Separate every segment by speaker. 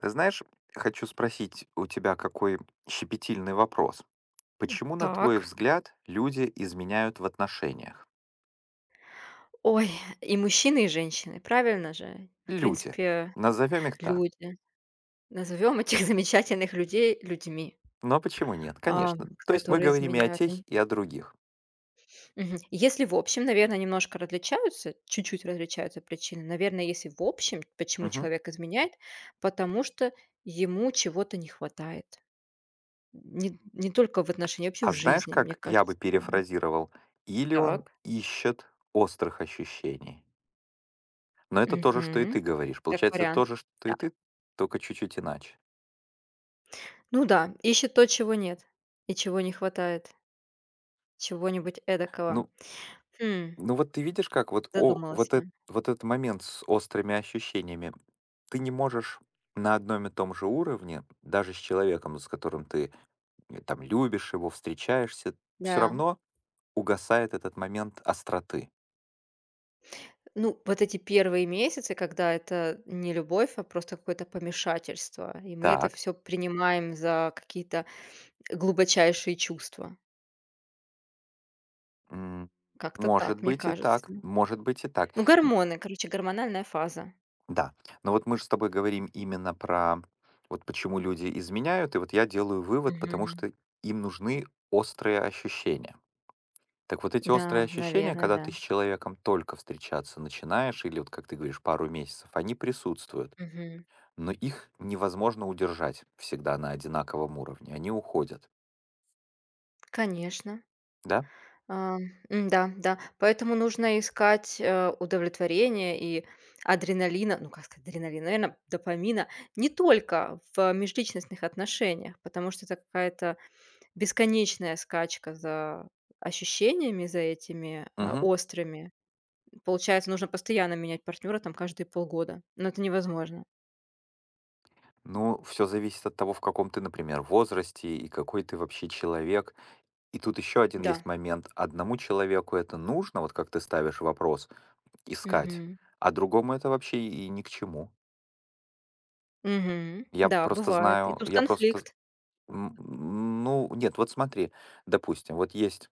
Speaker 1: Ты знаешь, хочу спросить у тебя какой щепетильный вопрос. Почему, на твой
Speaker 2: Так.
Speaker 1: взгляд, люди изменяют в отношениях?
Speaker 2: Ой, и мужчины, и женщины, правильно же? В
Speaker 1: Люди.
Speaker 2: принципе,
Speaker 1: Назовем их так.
Speaker 2: люди. Назовем этих замечательных людей людьми,
Speaker 1: Но почему нет?
Speaker 2: ам,
Speaker 1: Конечно. То есть мы
Speaker 2: которые
Speaker 1: говорим и о
Speaker 2: изменяют
Speaker 1: тех,
Speaker 2: они.
Speaker 1: и о других.
Speaker 2: Мгм. Если в общем, наверное, немножко различаются, чуть-чуть различаются причины. Наверное, если в общем, почему
Speaker 1: Мгм.
Speaker 2: человек изменяет, потому что ему чего-то не хватает. Не только в отношении, вообще в
Speaker 1: А знаешь,
Speaker 2: жизни, мне
Speaker 1: как я бы
Speaker 2: кажется. Да.
Speaker 1: перефразировал? Или он
Speaker 2: Так.
Speaker 1: ищет острых ощущений. Но это то же, что и
Speaker 2: Мгм.
Speaker 1: ты говоришь.
Speaker 2: Как
Speaker 1: Получается, то
Speaker 2: вариант.
Speaker 1: же, что
Speaker 2: Да.
Speaker 1: и ты, только чуть-чуть иначе.
Speaker 2: Ну да, ищет то, чего нет и чего не хватает, чего-нибудь эдакого.
Speaker 1: Ну,
Speaker 2: Хм,
Speaker 1: Ну вот ты видишь, как вот,
Speaker 2: задумалась
Speaker 1: вот,
Speaker 2: я.
Speaker 1: вот этот момент с острыми ощущениями, ты не можешь на одном и том же уровне, даже с человеком, с которым ты там любишь его, встречаешься, все
Speaker 2: Да.
Speaker 1: равно угасает этот момент остроты.
Speaker 2: Ну, вот эти первые месяцы, когда это не любовь, а просто какое-то помешательство, и мы это
Speaker 1: Так.
Speaker 2: все принимаем за какие-то глубочайшие чувства.
Speaker 1: м,
Speaker 2: Как-то
Speaker 1: Может
Speaker 2: так, мне
Speaker 1: быть и
Speaker 2: кажется.
Speaker 1: так, может быть и так.
Speaker 2: Ну, гормоны, короче, гормональная фаза.
Speaker 1: Да, но вот мы же с тобой говорим именно про вот почему люди изменяют, и вот я делаю вывод, потому
Speaker 2: Мгм.
Speaker 1: что им нужны острые ощущения. Так вот эти
Speaker 2: Да,
Speaker 1: острые ощущения,
Speaker 2: наверное,
Speaker 1: когда
Speaker 2: да.
Speaker 1: ты с человеком только встречаться начинаешь, или вот, как ты говоришь, пару месяцев, они присутствуют,
Speaker 2: Мгм.
Speaker 1: но их невозможно удержать всегда на одинаковом уровне, они уходят,
Speaker 2: Конечно.
Speaker 1: да?
Speaker 2: А, да, да. Поэтому нужно искать, удовлетворение и адреналина, ну, как сказать, адреналина, наверное, допамина не только в межличностных отношениях, потому что это какая-то бесконечная скачка за ощущениями, за этими,
Speaker 1: Мгм.
Speaker 2: острыми. Получается, нужно постоянно менять партнера, там каждые полгода, но это невозможно.
Speaker 1: Ну, все зависит от того, в каком ты, например, возрасте и какой ты вообще человек. И тут еще один
Speaker 2: Да.
Speaker 1: есть момент. Одному человеку это нужно, вот как ты ставишь вопрос, искать,
Speaker 2: Мгм.
Speaker 1: а другому это вообще и ни к чему.
Speaker 2: Мгм.
Speaker 1: Я
Speaker 2: Да,
Speaker 1: просто
Speaker 2: бывает. И
Speaker 1: знаю,
Speaker 2: тут
Speaker 1: я просто
Speaker 2: конфликт.
Speaker 1: М, ну, нет, вот смотри, допустим, вот есть,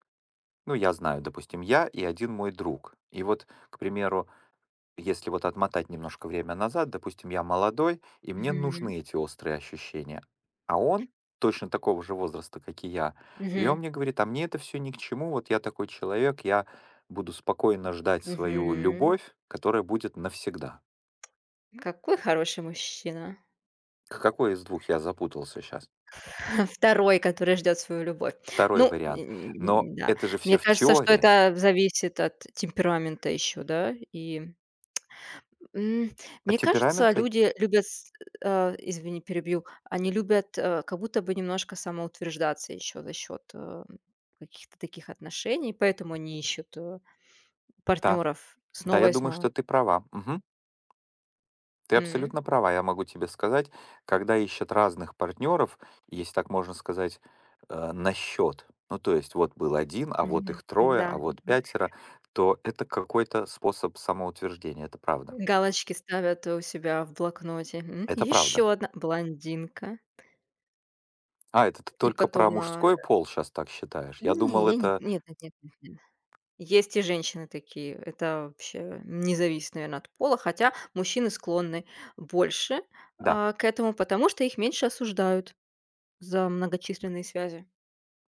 Speaker 1: ну, я знаю, допустим, я и один мой друг. И вот, к примеру, если вот отмотать немножко время назад, допустим, я молодой, и мне
Speaker 2: Мгм.
Speaker 1: нужны эти острые ощущения. А он точно такого же возраста, как и я. И
Speaker 2: Мгм.
Speaker 1: он мне говорит, а мне это все ни к чему, вот я такой человек, я буду спокойно ждать свою
Speaker 2: Мгм.
Speaker 1: любовь, которая будет навсегда.
Speaker 2: Какой хороший мужчина.
Speaker 1: К Какой из двух я запутался сейчас?
Speaker 2: Второй, который ждет свою любовь.
Speaker 1: Второй
Speaker 2: Ну,
Speaker 1: вариант. Но
Speaker 2: да.
Speaker 1: это же
Speaker 2: Мне
Speaker 1: все в
Speaker 2: кажется, что
Speaker 1: теории.
Speaker 2: это зависит от темперамента еще, да. И, м,
Speaker 1: А
Speaker 2: мне кажется,
Speaker 1: темперамент
Speaker 2: люди любят с извини, перебью. Они любят, как будто бы немножко самоутверждаться еще за счет, каких-то таких отношений, поэтому они ищут,
Speaker 1: Да,
Speaker 2: партнеров
Speaker 1: да,
Speaker 2: снова
Speaker 1: я
Speaker 2: и
Speaker 1: думаю, что
Speaker 2: снова.
Speaker 1: ты права. Мгм. Ты
Speaker 2: М.
Speaker 1: абсолютно права, я могу тебе сказать, когда ищут разных партнеров, если так можно сказать, на счет, ну то есть вот был один, а вот
Speaker 2: Мгм.
Speaker 1: их трое,
Speaker 2: Да.
Speaker 1: а вот пятеро, то это какой-то способ самоутверждения, это правда.
Speaker 2: Галочки ставят у себя в блокноте.
Speaker 1: Это правда.
Speaker 2: Еще одна блондинка.
Speaker 1: А, это ты
Speaker 2: И
Speaker 1: только
Speaker 2: потом,
Speaker 1: про
Speaker 2: а,
Speaker 1: мужской пол сейчас так считаешь? Я
Speaker 2: Не,
Speaker 1: думал,
Speaker 2: я не
Speaker 1: это...
Speaker 2: нет, нет. Есть и женщины такие. Это вообще не зависит, наверно, от пола, хотя мужчины склонны больше,
Speaker 1: Да,
Speaker 2: к этому, потому что их меньше осуждают за многочисленные связи,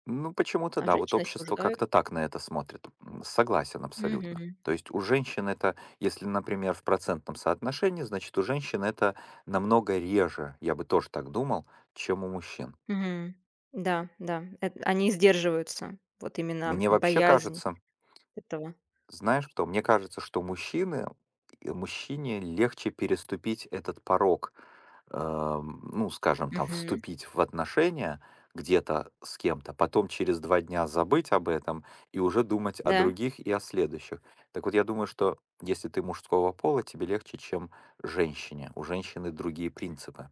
Speaker 1: ну, почему-то
Speaker 2: а
Speaker 1: да, вот
Speaker 2: женщины
Speaker 1: общество
Speaker 2: осуждают.
Speaker 1: как-то так на это смотрит. Согласен абсолютно.
Speaker 2: Мгм.
Speaker 1: То есть у женщин это, если, например, в процентном соотношении, значит, у женщин это намного реже, я бы тоже так думал, чем у мужчин.
Speaker 2: Мгм. Да, да, эт они сдерживаются. Вот именно
Speaker 1: Мне вообще
Speaker 2: боязнь
Speaker 1: кажется,
Speaker 2: этого.
Speaker 1: знаешь что, мне кажется, что мужчине легче переступить этот порог ну, скажем, там,
Speaker 2: Мгм.
Speaker 1: вступить в отношения где-то с кем-то, потом через два дня забыть об этом и уже думать о
Speaker 2: Да.
Speaker 1: других и о следующих. Так вот, я думаю, что если ты мужского пола, тебе легче, чем женщине. У женщины другие принципы.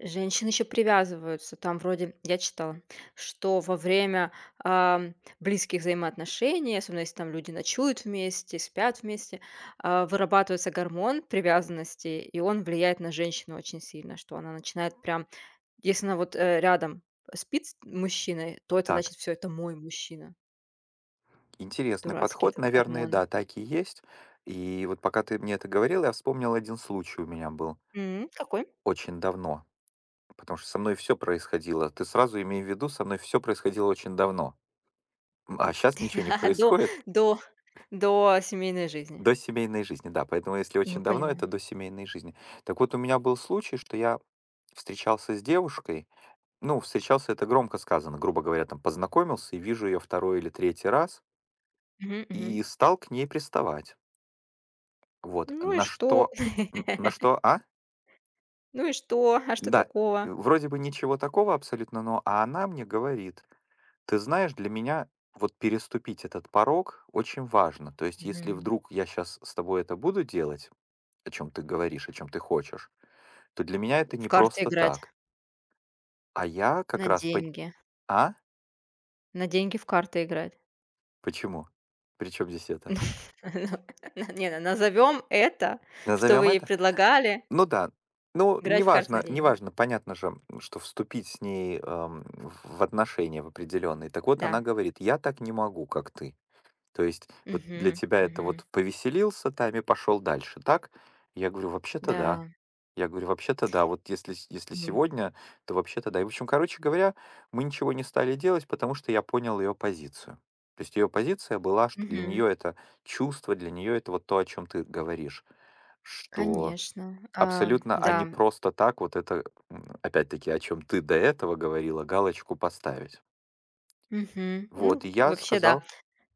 Speaker 2: Женщины еще привязываются. Там вроде, я читала, что во время, ам, близких взаимоотношений, особенно если там люди ночуют вместе, спят вместе, вырабатывается гормон привязанности, и он влияет на женщину очень сильно, что она начинает прям если она вот, рядом спит с мужчиной, то это значит:
Speaker 1: Так,
Speaker 2: "все это мой мужчина".
Speaker 1: интересный
Speaker 2: Дурацкий
Speaker 1: подход,
Speaker 2: этот
Speaker 1: наверное,
Speaker 2: гормон.
Speaker 1: да, так и есть. И вот пока ты мне это говорил, я вспомнил один случай у меня был
Speaker 2: М, какой?
Speaker 1: очень давно, потому что со мной все происходило. Ты сразу имей в виду, со мной все происходило очень давно. А сейчас ничего не
Speaker 2: До
Speaker 1: происходит,
Speaker 2: до До семейной жизни.
Speaker 1: до семейной жизни, да. Поэтому если
Speaker 2: Ну,
Speaker 1: очень давно,
Speaker 2: понимаю.
Speaker 1: это до семейной жизни. Так вот, у меня был случай, что я встречался с девушкой. Ну, встречался это громко сказано, грубо говоря, там познакомился и вижу ее второй или третий раз
Speaker 2: Мгм, мгм.
Speaker 1: и стал к ней приставать. Вот.
Speaker 2: Ну и
Speaker 1: На
Speaker 2: что?
Speaker 1: что... На что, а?
Speaker 2: Ну и что? А что
Speaker 1: Да.
Speaker 2: такого?
Speaker 1: Вроде бы ничего такого абсолютно, но а она мне говорит, ты знаешь, для меня вот переступить этот порог очень важно. То есть, если
Speaker 2: Мгм.
Speaker 1: вдруг я сейчас с тобой это буду делать, о чем ты говоришь, о чем ты хочешь, то для меня это
Speaker 2: В
Speaker 1: не
Speaker 2: карты
Speaker 1: просто
Speaker 2: играть
Speaker 1: так. А я как
Speaker 2: на
Speaker 1: раз по...
Speaker 2: деньги.
Speaker 1: А?
Speaker 2: На деньги в карты играть.
Speaker 1: Почему? Причем здесь это?
Speaker 2: Ну, не, назовем это, что вы
Speaker 1: Назовем
Speaker 2: ей
Speaker 1: это?
Speaker 2: предлагали,
Speaker 1: Ну да. Ну,
Speaker 2: играть в карты на
Speaker 1: неважно,
Speaker 2: деньги.
Speaker 1: неважно, понятно же, что вступить с ней в отношения в определенные. Так вот,
Speaker 2: Да.
Speaker 1: она говорит, я так не могу, как ты. То есть вот для
Speaker 2: Мгм,
Speaker 1: тебя это
Speaker 2: мгм.
Speaker 1: вот повеселился там и пошел дальше, так? Я говорю, вообще-то да.
Speaker 2: Да.
Speaker 1: Я говорю, вообще-то да, вот если, если
Speaker 2: М.
Speaker 1: сегодня, то вообще-то да. И, в общем, короче говоря, мы ничего не стали делать, потому что я понял ее позицию. То есть ее позиция была, что для
Speaker 2: Мгм.
Speaker 1: нее это чувство, для нее это вот то, о чем ты говоришь, что
Speaker 2: Конечно. А,
Speaker 1: абсолютно они
Speaker 2: да.
Speaker 1: просто так вот это, опять-таки, о чем ты до этого говорила, галочку поставить.
Speaker 2: Мгм. Ну,
Speaker 1: Вот, и я
Speaker 2: вообще, да.
Speaker 1: сказал,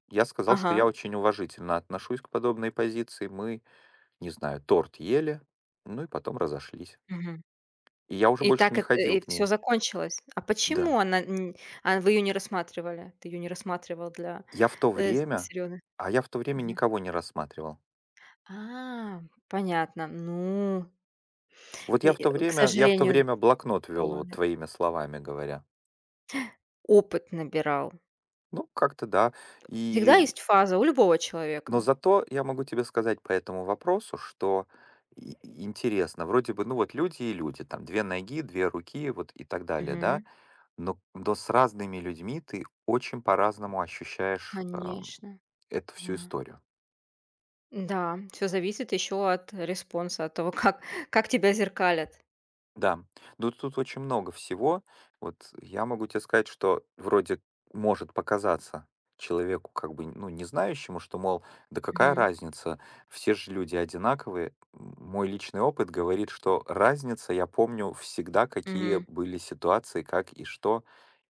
Speaker 1: я сказал, что
Speaker 2: Ага.
Speaker 1: я очень уважительно отношусь к подобной позиции. Мы, не знаю, торт ели, ну и потом разошлись.
Speaker 2: Мгм.
Speaker 1: И я уже
Speaker 2: И
Speaker 1: больше
Speaker 2: так
Speaker 1: не
Speaker 2: это
Speaker 1: ходил
Speaker 2: и
Speaker 1: к
Speaker 2: все
Speaker 1: ней.
Speaker 2: закончилось. А
Speaker 1: Да.
Speaker 2: почему она н а вы ее не рассматривали? Ты ее не рассматривал для,
Speaker 1: Я в то время,
Speaker 2: серьёзных
Speaker 1: я в то время никого не рассматривал.
Speaker 2: А, понятно. Ну,
Speaker 1: Вот
Speaker 2: и,
Speaker 1: я в то
Speaker 2: к
Speaker 1: время, я в то
Speaker 2: сожалению,
Speaker 1: время блокнот вел, вот
Speaker 2: бывает.
Speaker 1: твоими словами говоря.
Speaker 2: Опыт набирал.
Speaker 1: Ну, как-то да.
Speaker 2: Всегда
Speaker 1: И,
Speaker 2: есть фаза у любого
Speaker 1: но
Speaker 2: человека.
Speaker 1: зато я могу тебе сказать по этому вопросу, что и- интересно, вроде бы, ну вот люди и люди, там две ноги, две руки, вот и так далее, да,
Speaker 2: Мгм.
Speaker 1: но с разными людьми ты очень по-разному ощущаешь
Speaker 2: Конечно,
Speaker 1: эту всю
Speaker 2: да.
Speaker 1: историю.
Speaker 2: Да, все зависит еще от респонса, от того, как тебя зеркалят.
Speaker 1: Да, ну тут очень много всего. Вот я могу тебе сказать, что вроде может показаться человеку, как бы, ну, не знающему, что, мол, да какая
Speaker 2: Мгм.
Speaker 1: разница, все же люди одинаковые. Мой личный опыт говорит, что разница, я помню всегда, какие
Speaker 2: Мгм.
Speaker 1: были ситуации, как и что,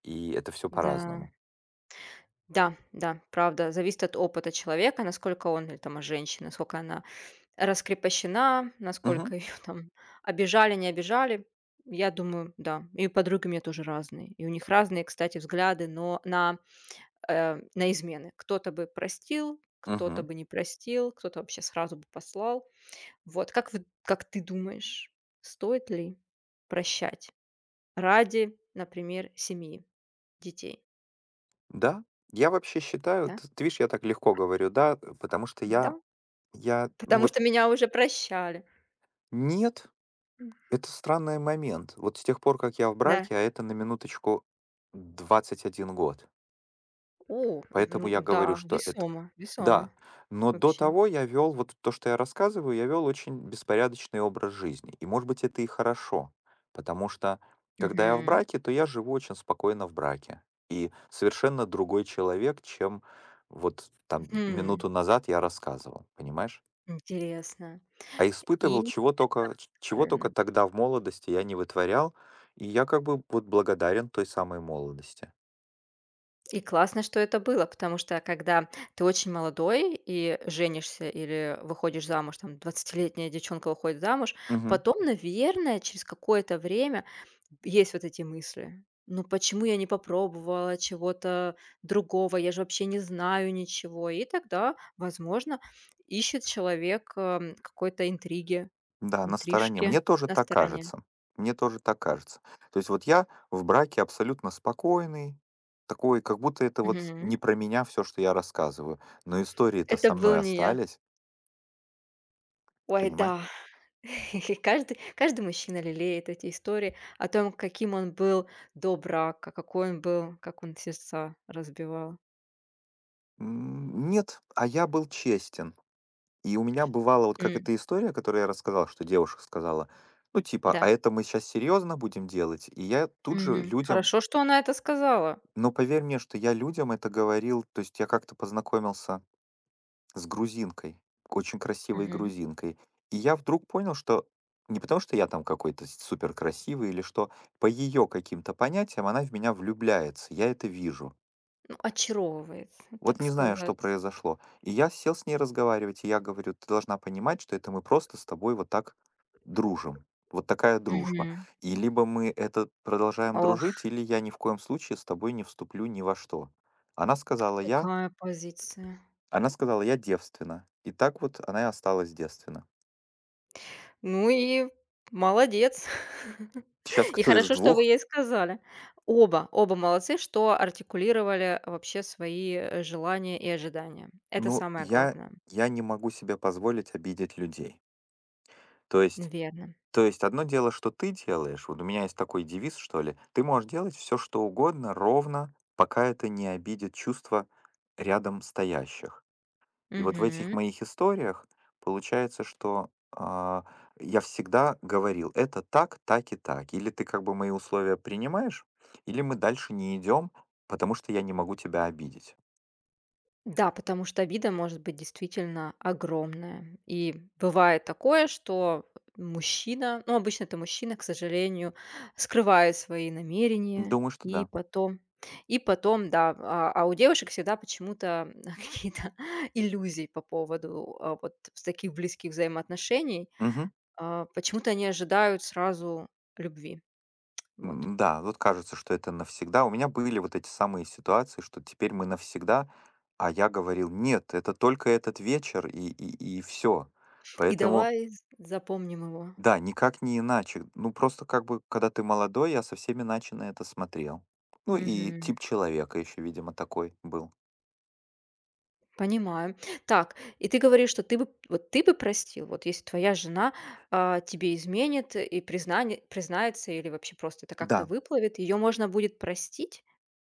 Speaker 1: и это все
Speaker 2: Да.
Speaker 1: по-разному.
Speaker 2: Да, да, правда, зависит от опыта человека, насколько он или там, женщина, насколько она раскрепощена,
Speaker 1: Мгм.
Speaker 2: насколько ее там обижали, не обижали. Я думаю, да. И подруги у меня тоже разные. И у них разные, кстати, взгляды, но на, на измены. Кто-то бы простил, кто-то
Speaker 1: Мгм.
Speaker 2: бы не простил, кто-то вообще сразу бы послал. Вот как вы как ты думаешь, стоит ли прощать ради, например, семьи, детей?
Speaker 1: Да, я вообще считаю,
Speaker 2: Да?
Speaker 1: т ты видишь, я так легко говорю, да, потому что я
Speaker 2: Да.
Speaker 1: ну
Speaker 2: Потому что
Speaker 1: вот
Speaker 2: меня уже прощали.
Speaker 1: нет-
Speaker 2: М.
Speaker 1: это странный момент. Вот с тех пор, как я в
Speaker 2: Да.
Speaker 1: браке, а это на минуточку 21 год.
Speaker 2: О,
Speaker 1: Поэтому
Speaker 2: ну
Speaker 1: я говорю,
Speaker 2: да,
Speaker 1: что это
Speaker 2: весомо
Speaker 1: да, но до
Speaker 2: вообще.
Speaker 1: того я вел вот то, что я рассказываю, я вел очень беспорядочный образ жизни. И, может быть, это и хорошо, потому что, когда я в
Speaker 2: Мгм.
Speaker 1: браке, то я живу очень спокойно в браке. И совершенно другой человек, чем вот там
Speaker 2: Мгм.
Speaker 1: минуту назад я рассказывал, понимаешь?
Speaker 2: Интересно.
Speaker 1: А испытывал
Speaker 2: И
Speaker 1: чего
Speaker 2: правильно.
Speaker 1: только тогда в молодости я не вытворял, и я как бы вот благодарен той самой молодости.
Speaker 2: И классно, что это было, потому что когда ты очень молодой и женишься или выходишь замуж, там двадцатилетняя девчонка выходит замуж,
Speaker 1: Мгм.
Speaker 2: потом, наверное, через какое-то время есть вот эти мысли. Ну почему я не попробовала чего-то другого? Я же вообще не знаю ничего. И тогда, возможно, ищет человек, какой-то интриги,
Speaker 1: Да, на стороне.
Speaker 2: интрижки
Speaker 1: Мне тоже
Speaker 2: на
Speaker 1: так
Speaker 2: стороне.
Speaker 1: кажется. Мне тоже так кажется. То есть вот я в браке абсолютно спокойный, такой, как будто это вот не про меня все, что я рассказываю. Но истории-то
Speaker 2: Это
Speaker 1: со
Speaker 2: был
Speaker 1: мной
Speaker 2: не я.
Speaker 1: остались,
Speaker 2: Ой,
Speaker 1: понимаешь?
Speaker 2: да. Каждый мужчина лелеет эти истории о том, каким он был до брака, какой он был, как он сердца разбивал.
Speaker 1: Нет, а я был честен. И у меня бывала вот как
Speaker 2: М,
Speaker 1: эта история, которую я рассказал, что девушка сказала, ну типа, а
Speaker 2: да.
Speaker 1: это мы сейчас серьезно будем делать? И я тут же
Speaker 2: Мгм.
Speaker 1: людям,
Speaker 2: Хорошо, что она это сказала.
Speaker 1: но поверь мне, что я людям это говорил, то есть я как-то познакомился с грузинкой, очень красивой
Speaker 2: Мгм.
Speaker 1: грузинкой. И я вдруг понял, что не потому, что я там какой-то супер красивый или что, по ее каким-то понятиям она в меня влюбляется, я это вижу.
Speaker 2: Ну, очаровывает,
Speaker 1: Вот
Speaker 2: так
Speaker 1: не знаю, что
Speaker 2: сказать.
Speaker 1: произошло. И я сел с ней разговаривать, и я говорю, ты должна понимать, что это мы просто с тобой вот так дружим. Вот такая дружба.
Speaker 2: Мгм.
Speaker 1: И либо мы это продолжаем
Speaker 2: Ох,
Speaker 1: дружить, или я ни в коем случае с тобой не вступлю ни во что. Она сказала, я,
Speaker 2: какая позиция.
Speaker 1: она сказала, я девственна. И так вот она и осталась девственна.
Speaker 2: Ну и молодец.
Speaker 1: Сейчас
Speaker 2: И
Speaker 1: кто из
Speaker 2: хорошо, что вы
Speaker 1: двух?
Speaker 2: ей сказали. Оба, оба молодцы, что артикулировали вообще свои, желания и ожидания. Это
Speaker 1: Ну,
Speaker 2: самое
Speaker 1: я
Speaker 2: главное.
Speaker 1: я не могу себе позволить обидеть людей. То есть
Speaker 2: Верно.
Speaker 1: то есть одно дело, что ты делаешь. Вот у меня есть такой девиз, что ли. Ты можешь делать все, что угодно, ровно, пока это не обидит чувства рядом стоящих. И вот в этих
Speaker 2: Мгм.
Speaker 1: моих историях получается, что, я всегда говорил: «Это так, так и так. Или ты как бы мои условия принимаешь, или мы дальше не идем, потому что я не могу тебя обидеть».
Speaker 2: Да, потому что обида может быть действительно огромная. И бывает такое, что мужчина, ну, обычно это мужчина, к сожалению, скрывает свои намерения,
Speaker 1: Думаю, что
Speaker 2: и
Speaker 1: да.
Speaker 2: потом, и потом, да, а у девушек всегда почему-то какие-то иллюзии по поводу а, вот с таких близких взаимоотношений.
Speaker 1: Мгм.
Speaker 2: А, почему-то они ожидают сразу любви, вот.
Speaker 1: Да, вот кажется, что это навсегда. У меня были вот эти самые ситуации, что теперь мы навсегда, а я говорил, нет, это только этот вечер и все.
Speaker 2: И
Speaker 1: Поэтому,
Speaker 2: давай запомним
Speaker 1: да, никак не иначе. Ну, просто как бы, когда ты молодой, я совсем иначе на это смотрел. Ну, и
Speaker 2: его.
Speaker 1: тип человека еще, видимо, такой был.
Speaker 2: Понимаю. Так, и ты говоришь, что ты бы вот ты бы простил, вот если твоя жена, тебе изменит и признане признается или вообще просто это как-то
Speaker 1: Да,
Speaker 2: выплывет, ее можно будет простить?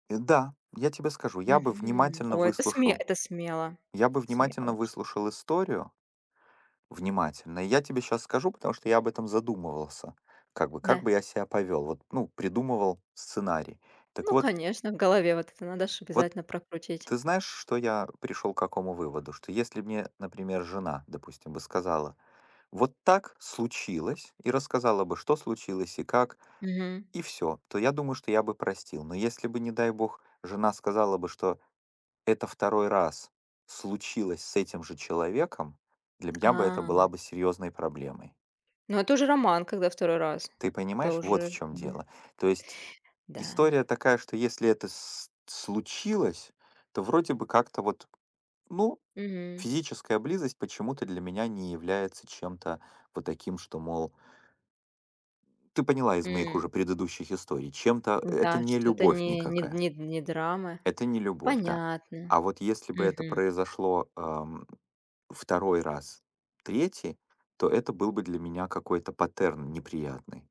Speaker 1: да, я тебе скажу, я бы
Speaker 2: Мгм.
Speaker 1: внимательно
Speaker 2: О,
Speaker 1: выслушал.
Speaker 2: это смело.
Speaker 1: Я бы
Speaker 2: Смело
Speaker 1: внимательно
Speaker 2: очень.
Speaker 1: выслушал историю. Внимательно. И я тебе сейчас скажу, потому что я об этом задумывался. Как бы, как
Speaker 2: Да.
Speaker 1: бы я себя повел. Вот, ну, придумывал сценарий. Так
Speaker 2: Ну,
Speaker 1: вот,
Speaker 2: конечно, в голове вот это надо ж
Speaker 1: вот
Speaker 2: обязательно прокрутить.
Speaker 1: ты знаешь, что я пришел к какому выводу? Что если мне, например, жена, допустим, бы сказала: «Вот так случилось», и рассказала бы, что случилось и как,
Speaker 2: Мгм.
Speaker 1: и все, то я думаю, что я бы простил. Но если бы, не дай бог, жена сказала бы, что это второй раз случилось с этим же человеком, для меня бы это
Speaker 2: А,
Speaker 1: была бы серьезной проблемой.
Speaker 2: ну это уже роман, когда второй раз.
Speaker 1: Ты
Speaker 2: Это
Speaker 1: понимаешь, вот в
Speaker 2: уже,
Speaker 1: чем
Speaker 2: да.
Speaker 1: дело. То есть
Speaker 2: Да.
Speaker 1: история такая, что если это с случилось, то вроде бы как-то вот, ну,
Speaker 2: Мгм.
Speaker 1: физическая близость почему-то для меня не является чем-то вот таким, что, мол, ты поняла из моих
Speaker 2: М.
Speaker 1: уже предыдущих историй, это
Speaker 2: Да,
Speaker 1: не
Speaker 2: что-то
Speaker 1: любовь никакая.
Speaker 2: не драма.
Speaker 1: Это не любовь, да.
Speaker 2: Понятно.
Speaker 1: А вот если бы это
Speaker 2: Мгм.
Speaker 1: произошло, второй раз, третий, то это был бы для меня какой-то паттерн неприятный.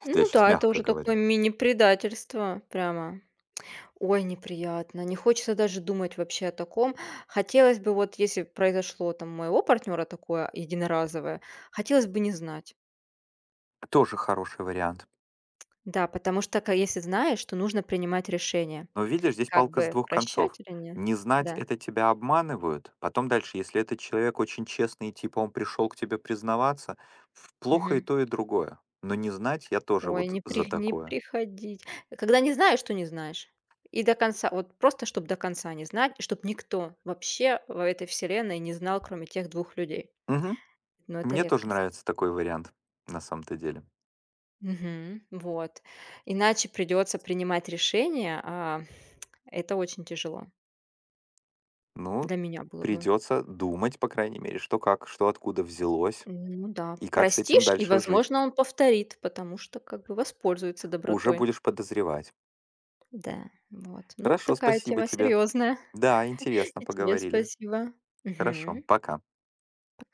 Speaker 1: Это я
Speaker 2: Ну
Speaker 1: сейчас
Speaker 2: да, это
Speaker 1: мягко
Speaker 2: уже такое
Speaker 1: говорю.
Speaker 2: мини-предательство прямо. Ой, неприятно. Не хочется даже думать вообще о таком. Хотелось бы, вот если произошло там у моего партнера такое единоразовое, хотелось бы не знать.
Speaker 1: Тоже хороший вариант.
Speaker 2: Да, потому что если знаешь, то нужно принимать решение.
Speaker 1: Но видишь, здесь
Speaker 2: Как
Speaker 1: палка с
Speaker 2: бы
Speaker 1: двух концов.
Speaker 2: прощать или нет.
Speaker 1: Не знать-
Speaker 2: Да.
Speaker 1: это тебя обманывают. Потом дальше, если этот человек очень честный и типа он пришел к тебе признаваться, плохо и
Speaker 2: Мгм.
Speaker 1: то, и другое. Но не знать- я тоже
Speaker 2: Ой,
Speaker 1: вот за
Speaker 2: не
Speaker 1: такое.
Speaker 2: приходить. Когда не знаешь, то не знаешь. И до конца, вот просто чтобы до конца не знать, и чтобы никто вообще в этой вселенной не знал, кроме тех двух людей.
Speaker 1: Мгм.
Speaker 2: Но это
Speaker 1: Мне тоже
Speaker 2: редкость.
Speaker 1: нравится такой вариант, на самом-то деле.
Speaker 2: Мгм. Вот. Иначе придется принимать решение, а это очень тяжело.
Speaker 1: Ну,
Speaker 2: Для меня было бы.
Speaker 1: придется думать, по крайней мере, что как, что откуда взялось
Speaker 2: Ну да.
Speaker 1: и как с этим
Speaker 2: Простишь, и,
Speaker 1: дальше жить.
Speaker 2: возможно, он повторит, потому что как бы воспользуется
Speaker 1: Уже
Speaker 2: добротой.
Speaker 1: будешь подозревать.
Speaker 2: Да, вот. Ну,
Speaker 1: Хорошо,
Speaker 2: такая
Speaker 1: спасибо
Speaker 2: тема
Speaker 1: тебе.
Speaker 2: серьезная.
Speaker 1: Да, интересно
Speaker 2: И тебе
Speaker 1: поговорили.
Speaker 2: спасибо.
Speaker 1: Хорошо,
Speaker 2: Мгм.
Speaker 1: пока.
Speaker 2: Пока.